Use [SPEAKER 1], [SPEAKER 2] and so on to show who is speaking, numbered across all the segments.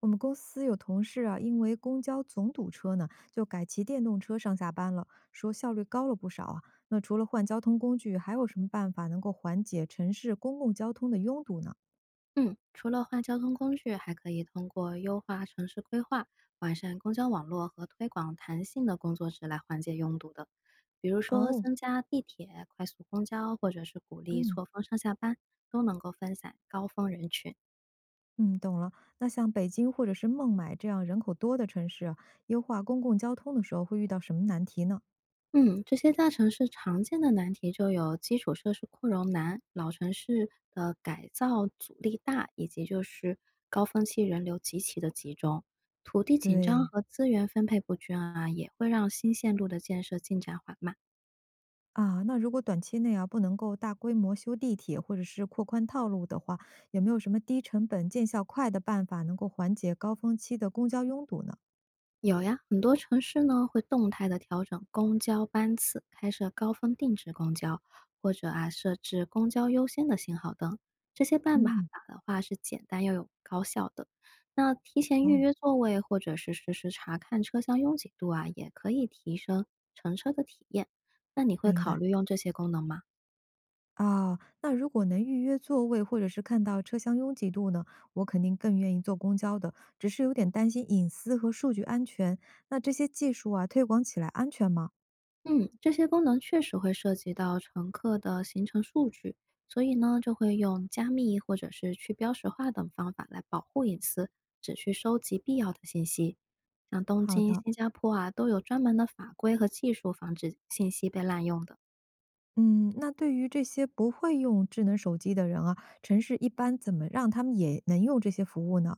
[SPEAKER 1] 我们公司有同事啊，因为公交总堵车呢，就改骑电动车上下班了，说效率高了不少啊。那除了换交通工具，还有什么办法能够缓解城市公共交通的拥堵呢？
[SPEAKER 2] 嗯，除了换交通工具，还可以通过优化城市规划、完善公交网络和推广弹性的工作制来缓解拥堵的。比如说，
[SPEAKER 1] 哦，
[SPEAKER 2] 增加地铁、快速公交，或者是鼓励
[SPEAKER 1] 嗯
[SPEAKER 2] 错峰上下班，都能够分散高峰人群。
[SPEAKER 1] 嗯，懂了。那像北京或者是孟买这样人口多的城市啊，优化公共交通的时候会遇到什么难题呢？
[SPEAKER 2] 嗯，这些大城市常见的难题就有基础设施扩容难、老城市的改造阻力大，以及就是高峰期人流极其的集中，土地紧张
[SPEAKER 1] 对，
[SPEAKER 2] 和资源分配不均啊，也会让新线路的建设进展缓慢。
[SPEAKER 1] 啊，那如果短期内啊不能够大规模修地铁或者是扩宽道路的话，有没有什么低成本、见效快的办法能够缓解高峰期的公交拥堵呢？
[SPEAKER 2] 有呀，很多城市呢会动态的调整公交班次，开设高峰定制公交，或者设置公交优先的信号灯。这些办法
[SPEAKER 1] 嗯，
[SPEAKER 2] 法的话是简单又有高效的。那提前预
[SPEAKER 1] 哦，
[SPEAKER 2] 约座位，或者是实时查看车厢拥挤度啊，也可以提升乘车的体验。那你会
[SPEAKER 1] 明
[SPEAKER 2] 考
[SPEAKER 1] 白
[SPEAKER 2] 虑用这些功能吗？
[SPEAKER 1] 啊。那如果能预约座位或者是看到车厢拥挤度呢，我肯定更愿意坐公交的，只是有点担心隐私和数据安全。那这些技术啊推广起来安全吗？
[SPEAKER 2] 嗯，这些功能确实会涉及到乘客的行程数据，所以呢，就会用加密或者是去标识化等方法来保护隐私，只去收集必要的信息。像东
[SPEAKER 1] 好
[SPEAKER 2] 京、
[SPEAKER 1] 的。
[SPEAKER 2] 新加坡啊，都有专门的法规和技术防止信息被滥用的。
[SPEAKER 1] 嗯，那对于这些不会用智能手机的人啊，城市一般怎么让他们也能用这些服务呢？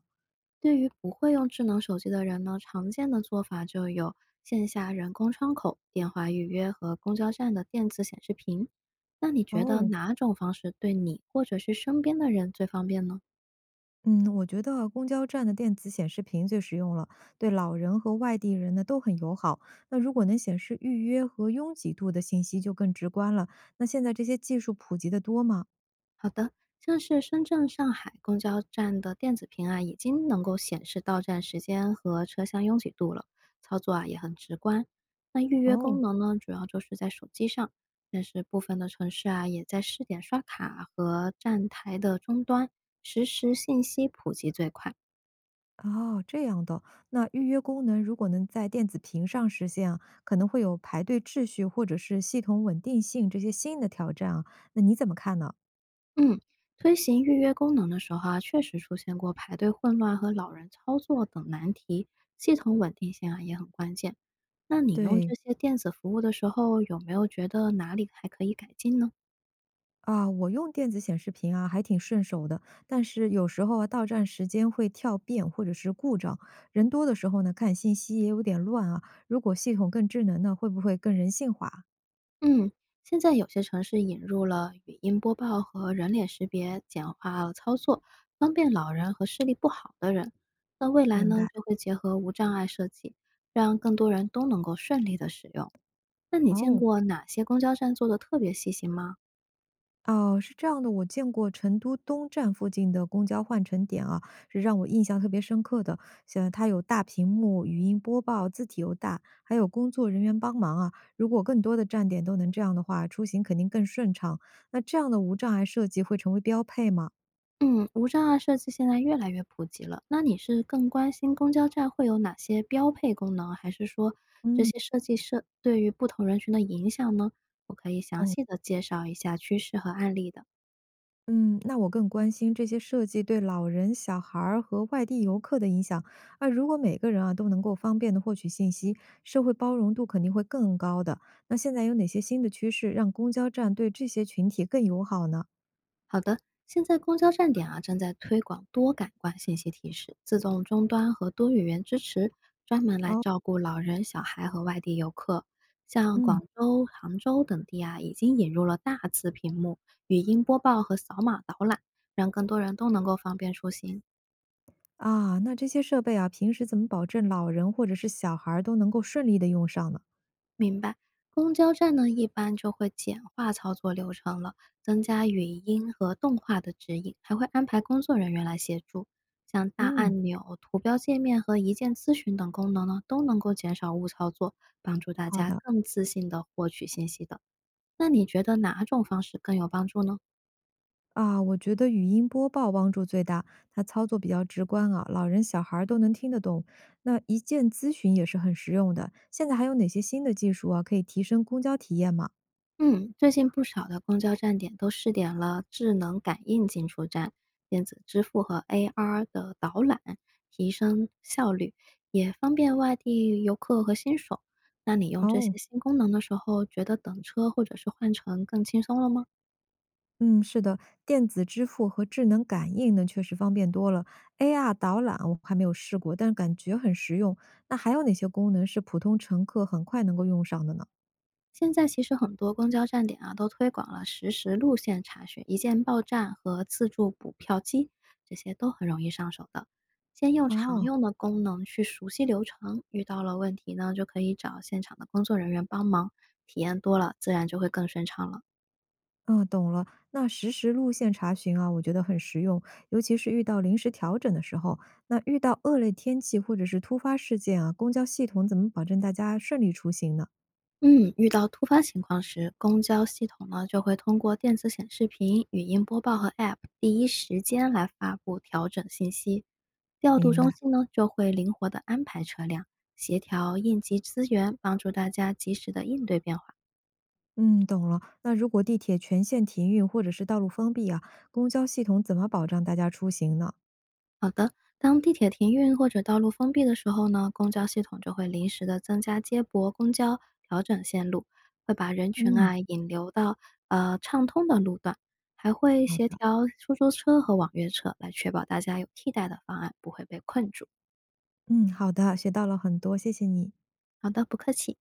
[SPEAKER 2] 对于不会用智能手机的人呢，常见的做法就有线下人工窗口、电话预约和公交站的电子显示屏。那你觉得
[SPEAKER 1] 哦，
[SPEAKER 2] 哪种方式对你或者是身边的人最方便呢？
[SPEAKER 1] 嗯，我觉得啊公交站的电子显示屏最实用了，对老人和外地人呢都很友好。那如果能显示预约和拥挤度的信息，就更直观了。那现在这些技术普及的多吗？
[SPEAKER 2] 好的，像是深圳、上海公交站的电子屏啊，已经能够显示到站时间和车厢拥挤度了，操作啊也很直观。那预约功
[SPEAKER 1] 哦。
[SPEAKER 2] 能呢，主要就是在手机上，但是部分的城市啊，也在试点刷卡和站台的终端，实时信息普及最快。
[SPEAKER 1] 哦，这样的，那预约功能如果能在电子屏上实现啊，可能会有排队秩序或者是系统稳定性这些新的挑战啊，那你怎么看呢？
[SPEAKER 2] 嗯，推行预约功能的时候啊，确实出现过排队混乱和老人操作等难题，系统稳定性啊也很关键。那你用
[SPEAKER 1] 对，
[SPEAKER 2] 这些电子服务的时候，有没有觉得哪里还可以改进呢？
[SPEAKER 1] 啊，我用电子显示屏啊，还挺顺手的。但是有时候啊，到站时间会跳变或者是故障。人多的时候呢，看信息也有点乱啊。如果系统更智能呢，会不会更人性化？
[SPEAKER 2] 嗯，现在有些城市引入了语音播报和人脸识别，简化了操作，方便老人和视力不好的人。那未来
[SPEAKER 1] 明
[SPEAKER 2] 呢，
[SPEAKER 1] 白。
[SPEAKER 2] 就会结合无障碍设计，让更多人都能够顺利的使用。那你见
[SPEAKER 1] 哦。
[SPEAKER 2] 过哪些公交站做的特别细心吗？
[SPEAKER 1] 哦，是这样的，我见过成都东站附近的公交换乘点啊，是让我印象特别深刻的。像它有大屏幕、语音播报、字体又大，还有工作人员帮忙啊。如果更多的站点都能这样的话，出行肯定更顺畅。那这样的无障碍设计会成为标配吗？
[SPEAKER 2] 嗯，无障碍设计现在越来越普及了。那你是更关心公交站会有哪些标配功能，还是说这
[SPEAKER 1] 嗯。
[SPEAKER 2] 些设计对于不同人群的影响呢？我可以详
[SPEAKER 1] 哦。
[SPEAKER 2] 细的介绍一下趋势和案例的。
[SPEAKER 1] 嗯，那我更关心这些设计对老人、小孩儿和外地游客的影响。啊，如果每个人啊都能够方便的获取信息，社会包容度肯定会更高的。那现在有哪些新的趋势让公交站对这些群体更友好呢？
[SPEAKER 2] 好的，现在公交站点啊正在推广多感官信息提示、自动终端和多语言支持，专门来
[SPEAKER 1] 哦，
[SPEAKER 2] 照顾老人、小孩和外地游客。像广
[SPEAKER 1] 嗯，
[SPEAKER 2] 州、杭州等地啊，已经引入了大字屏幕、语音播报和扫码导览，让更多人都能够方便出行。
[SPEAKER 1] 啊，那这些设备啊，平时怎么保证老人或者是小孩儿都能够顺利的用上呢？
[SPEAKER 2] 明白，公交站呢一般就会简化操作流程了，增加语音和动画的指引，还会安排工作人员来协助。像大
[SPEAKER 1] 嗯，
[SPEAKER 2] 按钮、图标界面和一键咨询等功能呢，都能够减少误操作，帮助大
[SPEAKER 1] 好
[SPEAKER 2] 家
[SPEAKER 1] 的。
[SPEAKER 2] 更自信的获取信息的。那你觉得哪种方式更有帮助呢？
[SPEAKER 1] 啊，我觉得语音播报帮助最大，它操作比较直观啊，老人小孩儿都能听得懂。那一键咨询也是很实用的。现在还有哪些新的技术啊，可以提升公交体验吗？
[SPEAKER 2] 嗯，最近不少的公交站点都试点了智能感应进出站、电子支付和 AR 的导览，提升效率，也方便外地游客和新手。那你用这
[SPEAKER 1] 哦，
[SPEAKER 2] 些新功能的时候，觉得等车或者是换乘更轻松了吗？
[SPEAKER 1] 嗯，是的，电子支付和智能感应呢，确实方便多了。AR 导览我还没有试过，但是感觉很实用。那还有哪些功能是普通乘客很快能够用上的呢？
[SPEAKER 2] 现在其实很多公交站点啊，都推广了实时路线查询、一键报站和自助补票机，这些都很容易上手的。先用常
[SPEAKER 1] 哦，
[SPEAKER 2] 用的功能去熟悉流程，遇到了问题呢，就可以找现场的工作人员帮忙，体验多了，自然就会更顺畅了。
[SPEAKER 1] 嗯，懂了。那实时路线查询啊，我觉得很实用，尤其是遇到临时调整的时候。那遇到恶劣天气或者是突发事件啊，公交系统怎么保证大家顺利出行呢？
[SPEAKER 2] 嗯，遇到突发情况时，公交系统呢就会通过电子显示屏、语音播报和 App 第一时间来发布调整信息。调度
[SPEAKER 1] 明白，
[SPEAKER 2] 中心呢就会灵活的安排车辆，协调应急资源，帮助大家及时的应对变化。
[SPEAKER 1] 嗯，懂了。那如果地铁全线停运或者是道路封闭啊，公交系统怎么保障大家出行呢？
[SPEAKER 2] 的。当地铁停运或者道路封闭的时候呢，公交系统就会临时的增加接驳公交，调整线路，会把人群
[SPEAKER 1] 嗯，
[SPEAKER 2] 啊引流到畅通的路段，还会
[SPEAKER 1] 好
[SPEAKER 2] 协
[SPEAKER 1] 的，
[SPEAKER 2] 调出租车和网约车来确保大家有替代的方案，不会被困住。
[SPEAKER 1] 嗯，好的，学到了很多，谢谢你。
[SPEAKER 2] 好的，不客气。